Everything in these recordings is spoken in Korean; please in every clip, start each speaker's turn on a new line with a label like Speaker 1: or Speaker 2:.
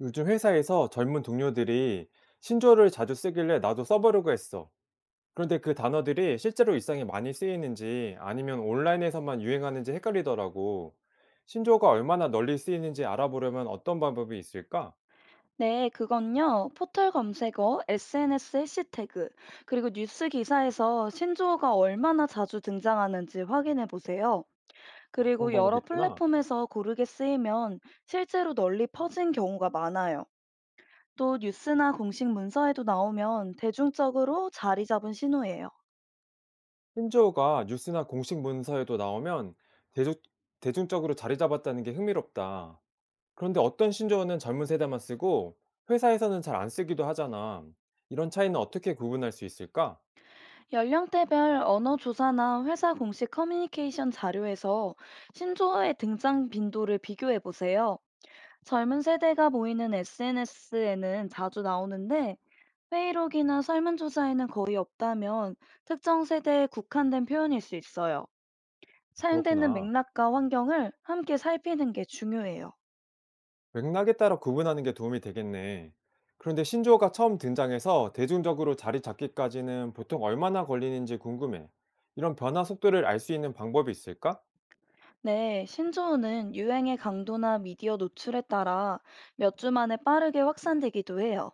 Speaker 1: 요즘 회사에서 젊은 동료들이 신조어를 자주 쓰길래 나도 써보려고 했어. 그런데 그 단어들이 실제로 일상에 많이 쓰이는지 아니면 온라인에서만 유행하는지 헷갈리더라고. 신조어가 얼마나 널리 쓰이는지 알아보려면 어떤 방법이 있을까?
Speaker 2: 네, 그건요. 포털 검색어, SNS 해시태그, 그리고 뉴스 기사에서 신조어가 얼마나 자주 등장하는지 확인해 보세요.
Speaker 1: 그런
Speaker 2: 그리고 여러
Speaker 1: 방법이 있구나.
Speaker 2: 플랫폼에서 고르게 쓰이면 실제로 널리 퍼진 경우가 많아요. 또 뉴스나 공식 문서에도 나오면 대중적으로 자리 잡은 신호예요.
Speaker 1: 신조어가 뉴스나 공식 문서에도 나오면 대중, 대중적으로 자리 잡았다는 게 흥미롭다. 그런데 어떤 신조어는 젊은 세대만 쓰고 회사에서는 잘 안 쓰기도 하잖아. 이런 차이는 어떻게 구분할 수 있을까?
Speaker 2: 연령대별 언어 조사나 회사 공식 커뮤니케이션 자료에서 신조어의 등장 빈도를 비교해 보세요. 젊은 세대가 모이는 SNS에는 자주 나오는데 회의록이나 설문조사에는 거의 없다면 특정 세대에 국한된 표현일 수 있어요.
Speaker 1: 아,
Speaker 2: 사용되는
Speaker 1: 그렇구나.
Speaker 2: 맥락과 환경을 함께 살피는 게 중요해요.
Speaker 1: 맥락에 따라 구분하는 게 도움이 되겠네. 그런데 신조어가 처음 등장해서 대중적으로 자리 잡기까지는 보통 얼마나 걸리는지 궁금해. 이런 변화 속도를 알 수 있는 방법이 있을까?
Speaker 2: 네, 신조어는 유행의 강도나 미디어 노출에 따라 몇 주 만에 빠르게 확산되기도 해요.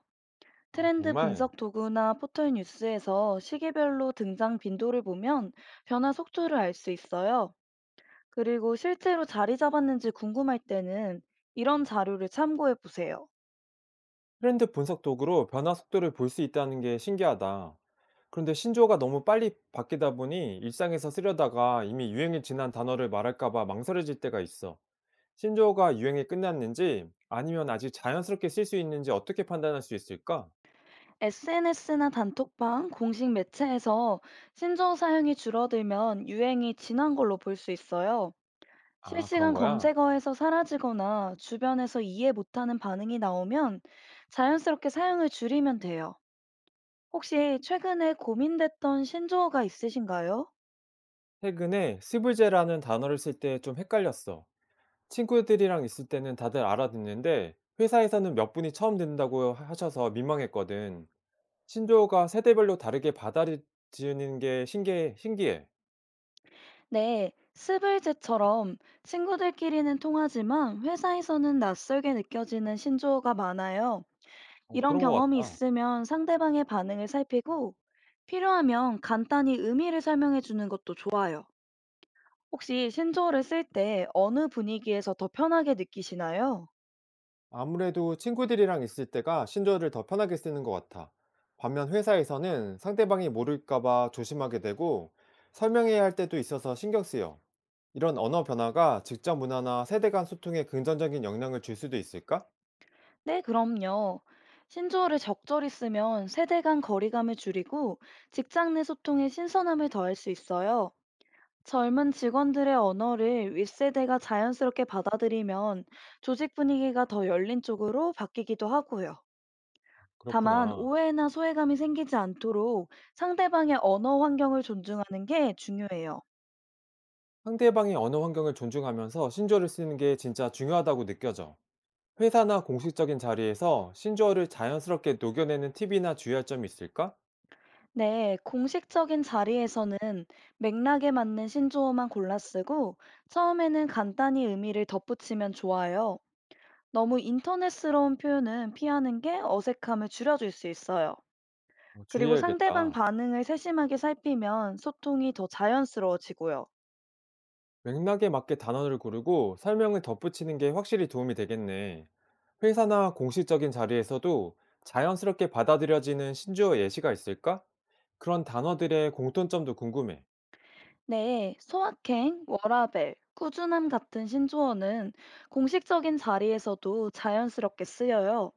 Speaker 1: 아,
Speaker 2: 트렌드
Speaker 1: 정말.
Speaker 2: 분석 도구나 포털 뉴스에서 시기별로 등장 빈도를 보면 변화 속도를 알 수 있어요. 그리고 실제로 자리 잡았는지 궁금할 때는 이런 자료를 참고해 보세요.
Speaker 1: 트렌드 분석 도구로 변화 속도를 볼 수 있다는 게 신기하다. 그런데 신조어가 너무 빨리 바뀌다 보니 일상에서 쓰려다가 이미 유행이 지난 단어를 말할까봐 망설여질 때가 있어. 신조어가 유행이 끝났는지 아니면 아직 자연스럽게 쓸 수 있는지 어떻게 판단할 수 있을까?
Speaker 2: SNS나 단톡방, 공식 매체에서 신조어 사용이 줄어들면 유행이 지난 걸로 볼 수 있어요.
Speaker 1: 아, 그런
Speaker 2: 실시간
Speaker 1: 거야?
Speaker 2: 검색어에서 사라지거나 주변에서 이해 못하는 반응이 나오면 자연스럽게 사용을 줄이면 돼요. 혹시 최근에 고민됐던 신조어가 있으신가요?
Speaker 1: 최근에 스불제라는 단어를 쓸 때 좀 헷갈렸어. 친구들이랑 있을 때는 다들 알아듣는데 회사에서는 몇 분이 처음 듣는다고 하셔서 민망했거든. 신조어가 세대별로 다르게 받아들이는 게 신기해. 신기해.
Speaker 2: 네, 스블제처럼 친구들끼리는 통하지만 회사에서는 낯설게 느껴지는 신조어가 많아요.
Speaker 1: 어,
Speaker 2: 이런
Speaker 1: 그런 것
Speaker 2: 경험이
Speaker 1: 같아.
Speaker 2: 있으면 상대방의 반응을 살피고 필요하면 간단히 의미를 설명해 주는 것도 좋아요. 혹시 신조어를 쓸 때 어느 분위기에서 더 편하게 느끼시나요?
Speaker 1: 아무래도 친구들이랑 있을 때가 신조어를 더 편하게 쓰는 것 같아. 반면 회사에서는 상대방이 모를까봐 조심하게 되고 설명해야 할 때도 있어서 신경 쓰여. 이런 언어 변화가 직장 문화나 세대 간 소통에 긍정적인 영향을 줄 수도 있을까?
Speaker 2: 네, 그럼요. 신조어를 적절히 쓰면 세대 간 거리감을 줄이고 직장 내 소통에 신선함을 더할 수 있어요. 젊은 직원들의 언어를 윗세대가 자연스럽게 받아들이면 조직 분위기가 더 열린 쪽으로 바뀌기도 하고요. 다만
Speaker 1: 그렇구나.
Speaker 2: 오해나 소외감이 생기지 않도록 상대방의 언어 환경을 존중하는 게 중요해요.
Speaker 1: 상대방의 언어 환경을 존중하면서 신조어를 쓰는 게 진짜 중요하다고 느껴져. 회사나 공식적인 자리에서 신조어를 자연스럽게 녹여내는 팁이나 주의할 점이 있을까?
Speaker 2: 네, 공식적인 자리에서는 맥락에 맞는 신조어만 골라 쓰고 처음에는 간단히 의미를 덧붙이면 좋아요. 너무 인터넷스러운 표현은 피하는 게 어색함을 줄여줄 수 있어요.
Speaker 1: 어,
Speaker 2: 그리고 상대방
Speaker 1: 주의해야겠다.
Speaker 2: 반응을 세심하게 살피면 소통이 더 자연스러워지고요.
Speaker 1: 맥락에 맞게 단어를 고르고 설명을 덧붙이는 게 확실히 도움이 되겠네. 회사나 공식적인 자리에서도 자연스럽게 받아들여지는 신조어 예시가 있을까? 그런 단어들의 공통점도 궁금해.
Speaker 2: 네, 소확행, 워라밸, 꾸준함 같은 신조어는 공식적인 자리에서도 자연스럽게 쓰여요.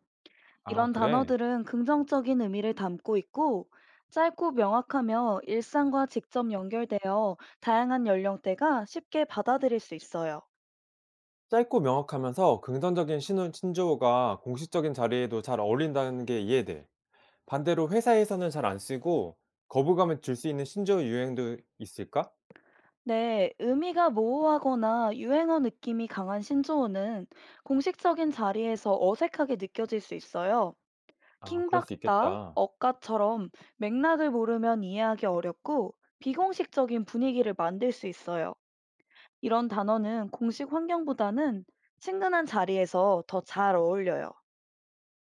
Speaker 1: 아,
Speaker 2: 이런
Speaker 1: 그래.
Speaker 2: 단어들은 긍정적인 의미를 담고 있고 짧고 명확하며 일상과 직접 연결되어 다양한 연령대가 쉽게 받아들일 수 있어요.
Speaker 1: 짧고 명확하면서 긍정적인 신호, 신조어가 공식적인 자리에도 잘 어울린다는 게 이해돼. 반대로 회사에서는 잘 안 쓰고 거부감을 줄 수 있는 신조어 유행도 있을까?
Speaker 2: 네, 의미가 모호하거나 유행어 느낌이 강한 신조어는 공식적인 자리에서 어색하게 느껴질 수 있어요.
Speaker 1: 아, 그럴 수
Speaker 2: 킹받다,
Speaker 1: 있겠다.
Speaker 2: 억까처럼 맥락을 모르면 이해하기 어렵고 비공식적인 분위기를 만들 수 있어요. 이런 단어는 공식 환경보다는 친근한 자리에서 더 잘 어울려요.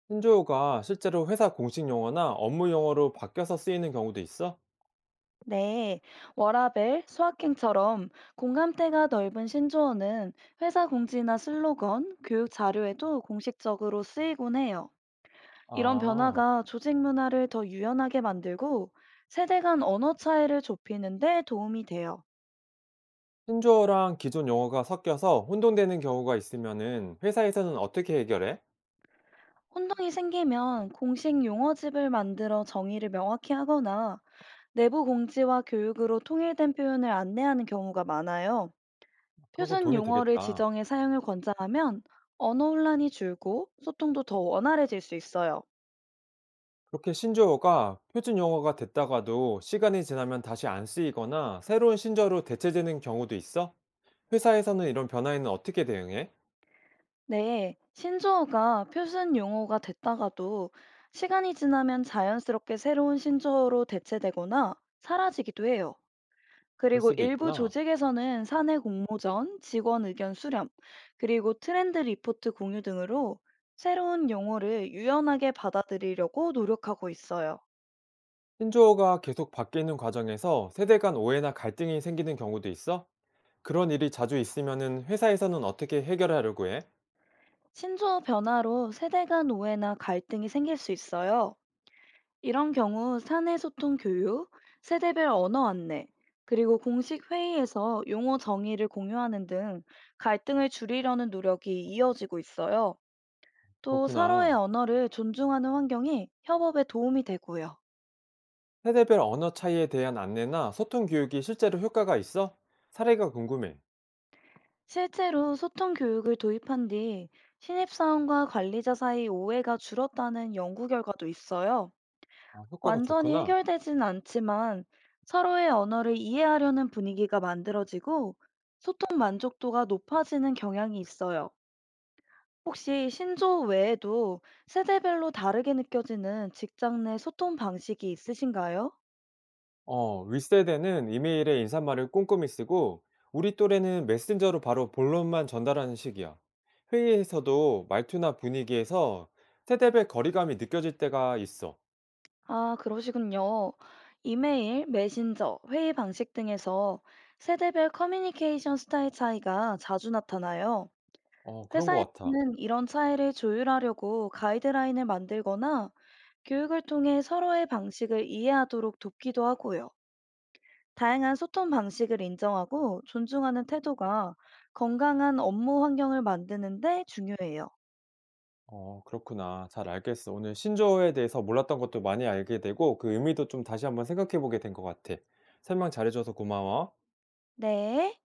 Speaker 1: 신조어가 실제로 회사 공식 용어나 업무 용어로 바뀌어서 쓰이는 경우도 있어?
Speaker 2: 네, 워라벨, 수학행처럼 공감대가 넓은 신조어는 회사 공지나 슬로건, 교육 자료에도 공식적으로 쓰이곤 해요. 이런
Speaker 1: 아,
Speaker 2: 변화가 조직 문화를 더 유연하게 만들고 세대 간 언어 차이를 좁히는 데 도움이 돼요.
Speaker 1: 신조어랑 기존 용어가 섞여서 혼동되는 경우가 있으면은 회사에서는 어떻게 해결해?
Speaker 2: 혼동이 생기면 공식 용어집을 만들어 정의를 명확히 하거나 내부 공지와 교육으로 통일된 표현을 안내하는 경우가 많아요.
Speaker 1: 그런 거
Speaker 2: 표준
Speaker 1: 도움이
Speaker 2: 용어를
Speaker 1: 되겠다.
Speaker 2: 지정해 사용을 권장하면 언어 혼란이 줄고 소통도 더 원활해질 수 있어요.
Speaker 1: 그렇게 신조어가 표준 용어가 됐다가도 시간이 지나면 다시 안 쓰이거나 새로운 신조어로 대체되는 경우도 있어? 회사에서는 이런 변화에는 어떻게 대응해?
Speaker 2: 네, 신조어가 표준 용어가 됐다가도 시간이 지나면 자연스럽게 새로운 신조어로 대체되거나 사라지기도 해요.
Speaker 1: 그럴
Speaker 2: 그리고
Speaker 1: 수도
Speaker 2: 일부
Speaker 1: 있구나.
Speaker 2: 조직에서는 사내 공모전, 직원 의견 수렴, 그리고 트렌드 리포트 공유 등으로 새로운 용어를 유연하게 받아들이려고 노력하고 있어요.
Speaker 1: 신조어가 계속 바뀌는 과정에서 세대 간 오해나 갈등이 생기는 경우도 있어? 그런 일이 자주 있으면은 회사에서는 어떻게 해결하려고 해?
Speaker 2: 신조어 변화로 세대 간 오해나 갈등이 생길 수 있어요. 이런 경우 사내 소통 교육, 세대별 언어 안내, 그리고 공식 회의에서 용어 정의를 공유하는 등 갈등을 줄이려는 노력이 이어지고 있어요. 또 서로의
Speaker 1: 그렇구나.
Speaker 2: 언어를 존중하는 환경이 협업에 도움이 되고요.
Speaker 1: 세대별 언어 차이에 대한 안내나 소통 교육이 실제로 효과가 있어? 사례가 궁금해.
Speaker 2: 실제로 소통 교육을 도입한 뒤 신입사원과 관리자 사이 오해가 줄었다는 연구 결과도 있어요.
Speaker 1: 아, 효과가
Speaker 2: 완전히
Speaker 1: 좋구나.
Speaker 2: 해결되진 않지만 서로의 언어를 이해하려는 분위기가 만들어지고 소통 만족도가 높아지는 경향이 있어요. 혹시 신조 외에도 세대별로 다르게 느껴지는 직장 내 소통 방식이 있으신가요?
Speaker 1: 어, 윗세대는 이메일에 인사말을 꼼꼼히 쓰고, 우리 또래는 메신저로 바로 본론만 전달하는 식이야. 회의에서도 말투나 분위기에서 세대별 거리감이 느껴질 때가 있어.
Speaker 2: 아, 그러시군요. 이메일, 메신저, 회의 방식 등에서 세대별 커뮤니케이션 스타일 차이가 자주 나타나요.
Speaker 1: 어, 그런 것 같아.
Speaker 2: 회사에서는 이런 차이를 조율하려고 가이드라인을 만들거나 교육을 통해 서로의 방식을 이해하도록 돕기도 하고요. 다양한 소통 방식을 인정하고 존중하는 태도가 건강한 업무 환경을 만드는데 중요해요.
Speaker 1: 어, 그렇구나. 잘 알겠어. 오늘 신조어에 대해서 몰랐던 것도 많이 알게 되고 그 의미도 좀 다시 한번 생각해 보게 된 것 같아. 설명 잘해 줘서 고마워.
Speaker 2: 네.